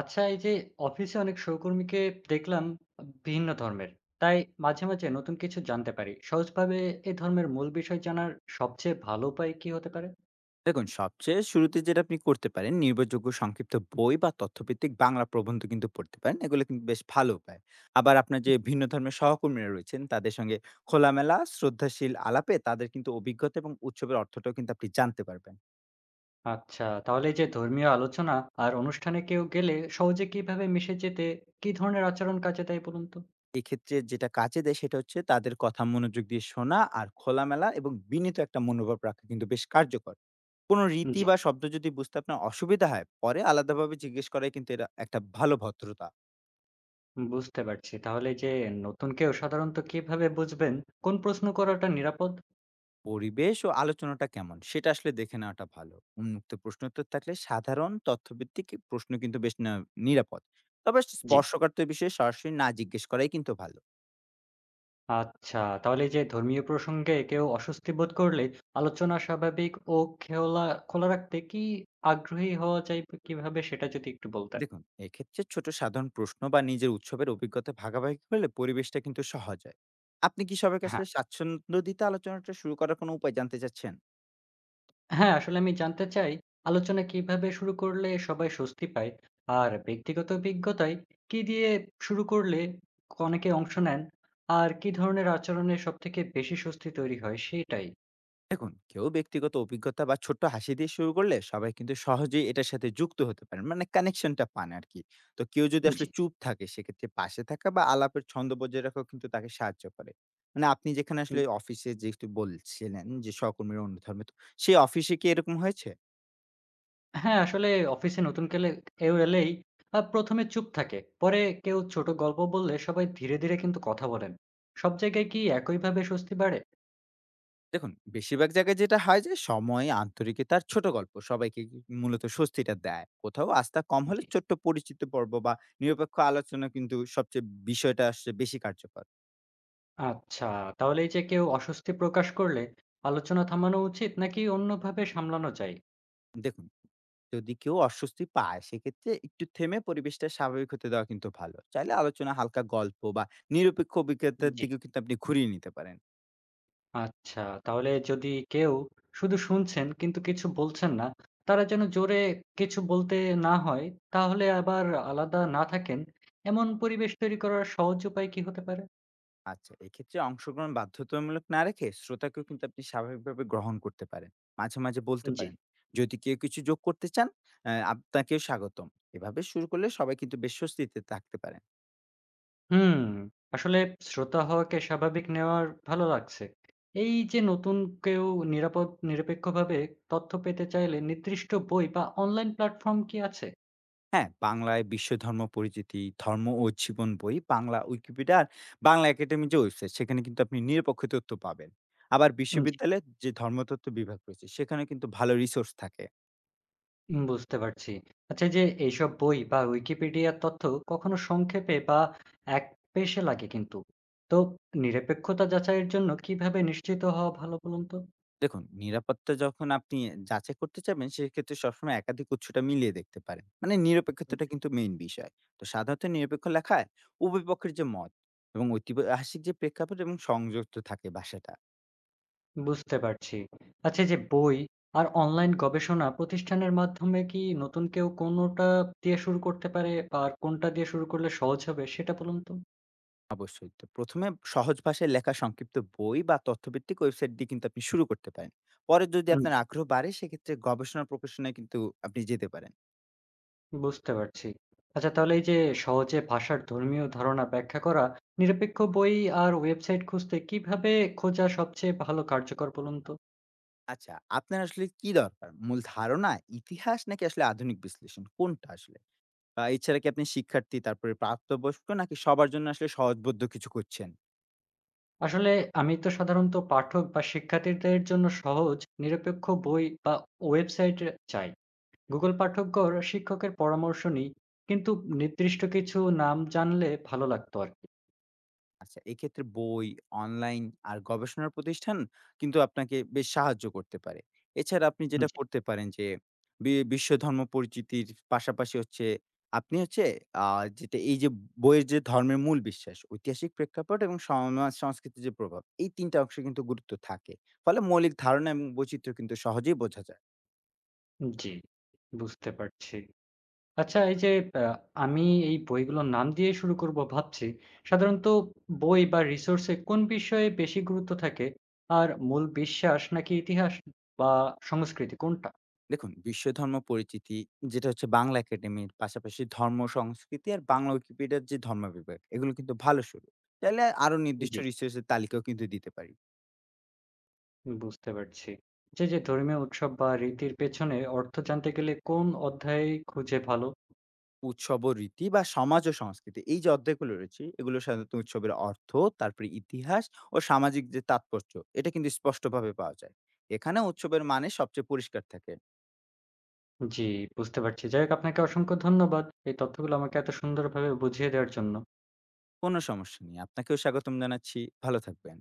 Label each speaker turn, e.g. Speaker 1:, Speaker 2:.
Speaker 1: আচ্ছা, এই যে অফিসে অনেক সহকর্মীকে দেখলাম ভিন্ন ধর্মের। তাই মাঝে, মাঝে নতুন কিছু জানতে পারি। সহজভাবে এই ধর্মের মূল বিষয় জানার সবচেয়ে ভালো উপায় কি হতে পারে?
Speaker 2: দেখুন সবচেয়ে শুরুতে যেটা আপনি করতে পারেন নির্ভরযোগ্য সংক্ষিপ্ত বই বা তথ্যভিত্তিক বাংলা প্রবন্ধ কিন্তু পড়তে পারেন, এগুলো কিন্তু বেশ ভালো উপায়। আবার আপনার যে ভিন্ন ধর্মের সহকর্মীরা রয়েছেন তাদের সঙ্গে খোলামেলা শ্রদ্ধাশীল আলাপে তাদের কিন্তু অভিজ্ঞতা এবং উৎসবের অর্থটাও কিন্তু আপনি জানতে পারবেন।
Speaker 1: আচ্ছা, তাহলে এই যে ধর্মীয় আলোচনা আর অনুষ্ঠানে কেউ গেলে সহজে কিভাবে মিশে যেতে কি ধরনের আচরণ কাজে দেয় বলুন তো?
Speaker 2: এক্ষেত্রে যেটা কাজে দেয় সেটা হচ্ছে তাদের কথা মনোযোগ দিয়ে শোনা, আর খোলামেলা এবং বিনীত একটা মনোভাব রাখা কিন্তু বেশ কার্যকর। কোনো রীতি
Speaker 1: জি,
Speaker 2: বা শব্দ যদি বুঝতে আপনার অসুবিধা হয় পরে আলাদাভাবে জিজ্ঞেস করাই কিন্তু, এটা একটা ভালো ভদ্রতা।
Speaker 1: বুঝতে পারছি। তাহলে এই যে নতুন কেউ সাধারণত কিভাবে বুঝবেন কোন প্রশ্ন করাটা নিরাপদ?
Speaker 2: পরিবেশ ও আলোচনাটা কেমন সেটা আসলে দেখে নেওয়াটা ভালো। উন্মুক্ত প্রশ্নোত্তর থাকলে সাধারণ তথ্যভিত্তিক প্রশ্ন কিন্তু বেশ নিরাপদ। তবে
Speaker 1: জি।
Speaker 2: স্পর্শকাতর বিষয়ে সরাসরি না জিজ্ঞেস করাই কিন্তু ভালো।
Speaker 1: আচ্ছা, তাহলে এই যে ধর্মীয় প্রসঙ্গে কেউ অস্বস্তি বোধ করলে আলোচনা স্বাভাবিক ও খেওলা খোলা রাখতে কি আগ্রহী হওয়া যায় কিভাবে সেটা যদি একটু বলতেন।
Speaker 2: দেখুন, এক্ষেত্রে ছোট সাধারণ প্রশ্ন বা নিজের উৎসবের অভিজ্ঞতা ভাগাভাগি করলে পরিবেশটা কিন্তু সহজ হয়। আপনি কি সবাইকে
Speaker 1: হ্যাঁ,
Speaker 2: আসলে স্বাচ্ছন্দ্য দিতে আলোচনাটা শুরু করার কোনো উপায় জানতে চাচ্ছেন?
Speaker 1: হ্যাঁ, আসলে আমি জানতে চাই আলোচনা কিভাবে শুরু করলে সবাই স্বস্তি পায়? আর ব্যক্তিগত অভিজ্ঞতায় কি দিয়ে শুরু করলে অনেকে অংশ নেন? আর কি ধরনের আচরণে সবথেকে বেশি স্বস্তি তৈরি হয় সেটাই?
Speaker 2: দেখুন, কেউ ব্যক্তিগত অভিজ্ঞতা বা ছোট্ট হাসি দিয়ে শুরু করলে সবাই কিন্তু সহজেই এটার সাথে যুক্ত হতে পারেন, মানে কানেকশনটা পান আর কি। তো কেউ যদি
Speaker 1: জি।
Speaker 2: আসলে চুপ থাকে সেক্ষেত্রে পাশে থাকা বা আলাপের ছন্দ বজায় রাখাও কিন্তু তাকে সাহায্য করে। মানে আপনি যেখানে আসলে অফিসে যেহেতু বলছিলেন যে সহকর্মীর অন্য ধর্মে, তো সেই অফিসে কি এরকম হয়েছে?
Speaker 1: হ্যাঁ, আসলে অফিসে নতুন কেলে কেউ এলেই ১ম এ চুপ থাকে। পরে কেউ ছোট গল্প বললে সবাই ধীরে, ধীরে কিন্তু কথা বলেন। সব জায়গায় কি একইভাবে স্বস্তি বাড়ে?
Speaker 2: দেখুন বেশিরভাগ জায়গায় যেটা হয় যে সময় আন্তরিকতার ছোট গল্প সবাইকে মূলত স্বস্তিটা দেয়। কোথাও আস্থা কম হলে
Speaker 1: জি।
Speaker 2: ছোট্ট পরিচিত পর্ব বা নিরপেক্ষ আলোচনা কিন্তু সবচেয়ে বিষয়টা আসছে বেশি কার্যকর।
Speaker 1: আচ্ছা, তাহলে এই যে কেউ অস্বস্তি প্রকাশ করলে আলোচনা থামানো উচিত নাকি অন্যভাবে সামলানো যায়?
Speaker 2: দেখুন, যদি কেউ অস্বস্তি পায় সেক্ষেত্রে একটু থেমে পরিবেশটা স্বাভাবিক হতে দেওয়া কিন্তু ভালো। চাইলে আলোচনা হালকা গল্প বা নিরপেক্ষ অভিজ্ঞতার
Speaker 1: জি।
Speaker 2: দিকেও কিন্তু আপনি ঘুরিয়ে নিতে পারেন।
Speaker 1: আচ্ছা, তাহলে যদি কেউ শুধু শুনছেন কিন্তু কিছু বলছেন না, তারা যেন জোরে কিছু বলতে না হয়, তাহলে আবার আলাদা না থাকেন, এমন পরিবেশ তৈরি করার সহজ উপায় কি হতে পারে?
Speaker 2: আচ্ছা, এক্ষেত্রে অংশগ্রহণ বাধ্যতামূলক না রেখে শ্রোতাকেও কিন্তু আপনি স্বাভাবিকভাবে গ্রহণ করতে পারেন। মাঝে, মাঝে বলতে
Speaker 1: জি।
Speaker 2: পারেন, "যদি কেউ কিছু যোগ করতে চান, আপনাকেও স্বাগতম।" এভাবে শুরু করলে সবাই কিন্তু বেশ স্বস্তিতে থাকতে পারেন।
Speaker 1: হুম। আসলে শ্রোতা হওয়াকে স্বাভাবিক নেওয়ার ভালো লাগছে। এই যে নতুন কেউ নিরাপদ নিরপেক্ষভাবে তথ্য পেতে চাইলে নির্দিষ্ট বই বা অনলাইন প্ল্যাটফর্ম কি আছে?
Speaker 2: হ্যাঁ, বাংলায় বিশ্ব ধর্ম পরিচিতি, ধর্ম ও জীবন বই, বাংলা উইকিপিডিয়া, বাংলা একাডেমির যে ওয়েবসাইট সেখানে কিন্তু আপনি নিরপেক্ষ তথ্য পাবেন। আবার
Speaker 1: জি।
Speaker 2: বিশ্ববিদ্যালয়ের যে ধর্মতত্ত্ব বিভাগ রয়েছে সেখানে কিন্তু ভালো রিসোর্স থাকে।
Speaker 1: বুঝতে পারছি। আচ্ছা এই যে এইসব বই বা উইকিপিডিয়ার তথ্য কখনো সংক্ষেপে বা একপেশে লাগে কিন্তু। তো নিরপেক্ষতা যাচাইয়ের জন্য কিভাবে নিশ্চিত হওয়া ভালো বলুন তো?
Speaker 2: দেখুন, নিরাপত্তা যখন আপনি যাচাই করতে চাবেন সেক্ষেত্রে সবসময় একাধিক উৎসটা মিলিয়ে দেখতে পারেন। মানে নিরপেক্ষতাটা
Speaker 1: জি।
Speaker 2: কিন্তু মেইন বিষয়। তো সাধারণত নিরপেক্ষ লেখায় উভয় পক্ষের যে মত এবং ঐতিহাসিক যে প্রেক্ষাপট এবং সংযুক্ত থাকে ভাষাটা।
Speaker 1: বুঝতে পারছি। আচ্ছা এই যে বই আর অনলাইন গবেষণা প্রতিষ্ঠানের মাধ্যমে কি নতুন কেউ কোনটা দিয়ে শুরু করতে পারে? বা আর কোনটা দিয়ে শুরু করলে সহজ হবে সেটা বলুন তো?
Speaker 2: অবশ্যই। তো ১ম এ সহজ ভাষায় লেখা সংক্ষিপ্ত বই বা তথ্যভিত্তিক ওয়েবসাইট দিয়ে কিন্তু আপনি শুরু করতে পারেন। পরে যদি আপনার
Speaker 1: জি।
Speaker 2: আগ্রহ বাড়ে সেক্ষেত্রে গবেষণা প্রকাশনায় কিন্তু আপনি যেতে পারেন।
Speaker 1: বুঝতে পারছি। আচ্ছা তাহলে এই যে সহজে ভাষার ধর্মীয় ধারণা ব্যাখ্যা করা, নিরপেক্ষ বই আর ওয়েবসাইট খুঁজতে কিভাবে খোঁজা সবচেয়ে ভালো কার্যকর বলুন তো?
Speaker 2: আচ্ছা, আপনার আসলে কি দরকার? মূল ধারণা, ইতিহাস নাকি আসলে আধুনিক বিশ্লেষণ কোনটা আসলে? এছাড়া কি আপনি শিক্ষার্থী, তারপরে প্রাপ্তবয়স্ক নাকি সবার জন্য আসলে সহজবোধ্য কিছু খুঁজছেন?
Speaker 1: আসলে আমি তো সাধারণত পাঠক বা শিক্ষার্থীদের জন্য সহজ নিরপেক্ষ বই বা ওয়েবসাইট চাই। গুগল পাঠক্যর শিক্ষকের পরামর্শ নিই। কিন্তু নির্দিষ্ট কিছু নাম জানলে ভালো লাগতো আরকি।
Speaker 2: আচ্ছা, এক্ষেত্রে বই, অনলাইন আর গবেষণার প্রতিষ্ঠান কিন্তু আপনাকে বেশ সাহায্য করতে পারে। এছাড়া আপনি যেটা
Speaker 1: জি,
Speaker 2: করতে পারেন যে, বিশ্ব ধর্ম পরিচিতির পাশাপাশি হচ্ছে আপনি হচ্ছে আ যেটা এই যে বইয়ের যে ধর্মের মূল বিশ্বাস, ঐতিহাসিক প্রেক্ষাপট এবং সমাজ সংস্কৃতির যে প্রভাব, এই ৩ টা অংশ কিন্তু গুরুত্ব থাকে। ফলে মৌলিক ধারণা এবং বৈচিত্র্য কিন্তু সহজেই বোঝা যায়।
Speaker 1: জি, বুঝতে পারছি। আচ্ছা এই যে আ আমি এই বইগুলোর নাম দিয়ে শুরু করব ভাবছি। সাধারণত বই বা রিসোর্স এ কোন বিষয়ে বেশি গুরুত্ব থাকে? আর মূল বিশ্বাস নাকি ইতিহাস বা সংস্কৃতি কোনটা?
Speaker 2: দেখুন, বিশ্ব ধর্ম পরিচিতি যেটা হচ্ছে বাংলা একাডেমির পাশাপাশি ধর্ম, সংস্কৃতি আর বাংলা উইকিপিডিয়ার যে ধর্ম বিভাগ, এগুলো কিন্তু ভালো শুরু। চাইলে আরো নির্দিষ্ট
Speaker 1: জি,
Speaker 2: রিসোর্সের তালিকাও কিন্তু দিতে পারি।
Speaker 1: বুঝতে পারছি। যে ধর্মীয় উৎসব বা রীতির পেছনে অর্থ জানতে গেলে কোন অধ্যায় খুঁজে ভালো?
Speaker 2: উৎসব ও রীতি বা সমাজ ও সংস্কৃতি এই যে অধ্যায়গুলো রয়েছে এগুলো সাধারণত উৎসবের অর্থ, তারপরে ইতিহাস ও সামাজিক যে তাৎপর্য এটা কিন্তু স্পষ্টভাবে পাওয়া যায়। এখানে উৎসবের মানে সবচেয়ে পরিষ্কার থাকে।
Speaker 1: জি, বুঝতে পারছি। যাই হোক আপনাকে অসংখ্য ধন্যবাদ। এই তথ্যগুলো আমাকে এত সুন্দরভাবে বুঝিয়ে দেওয়ার জন্য।
Speaker 2: কোনো সমস্যা নেই। আপনাকেও স্বাগতম জানাচ্ছি। ভালো থাকবেন।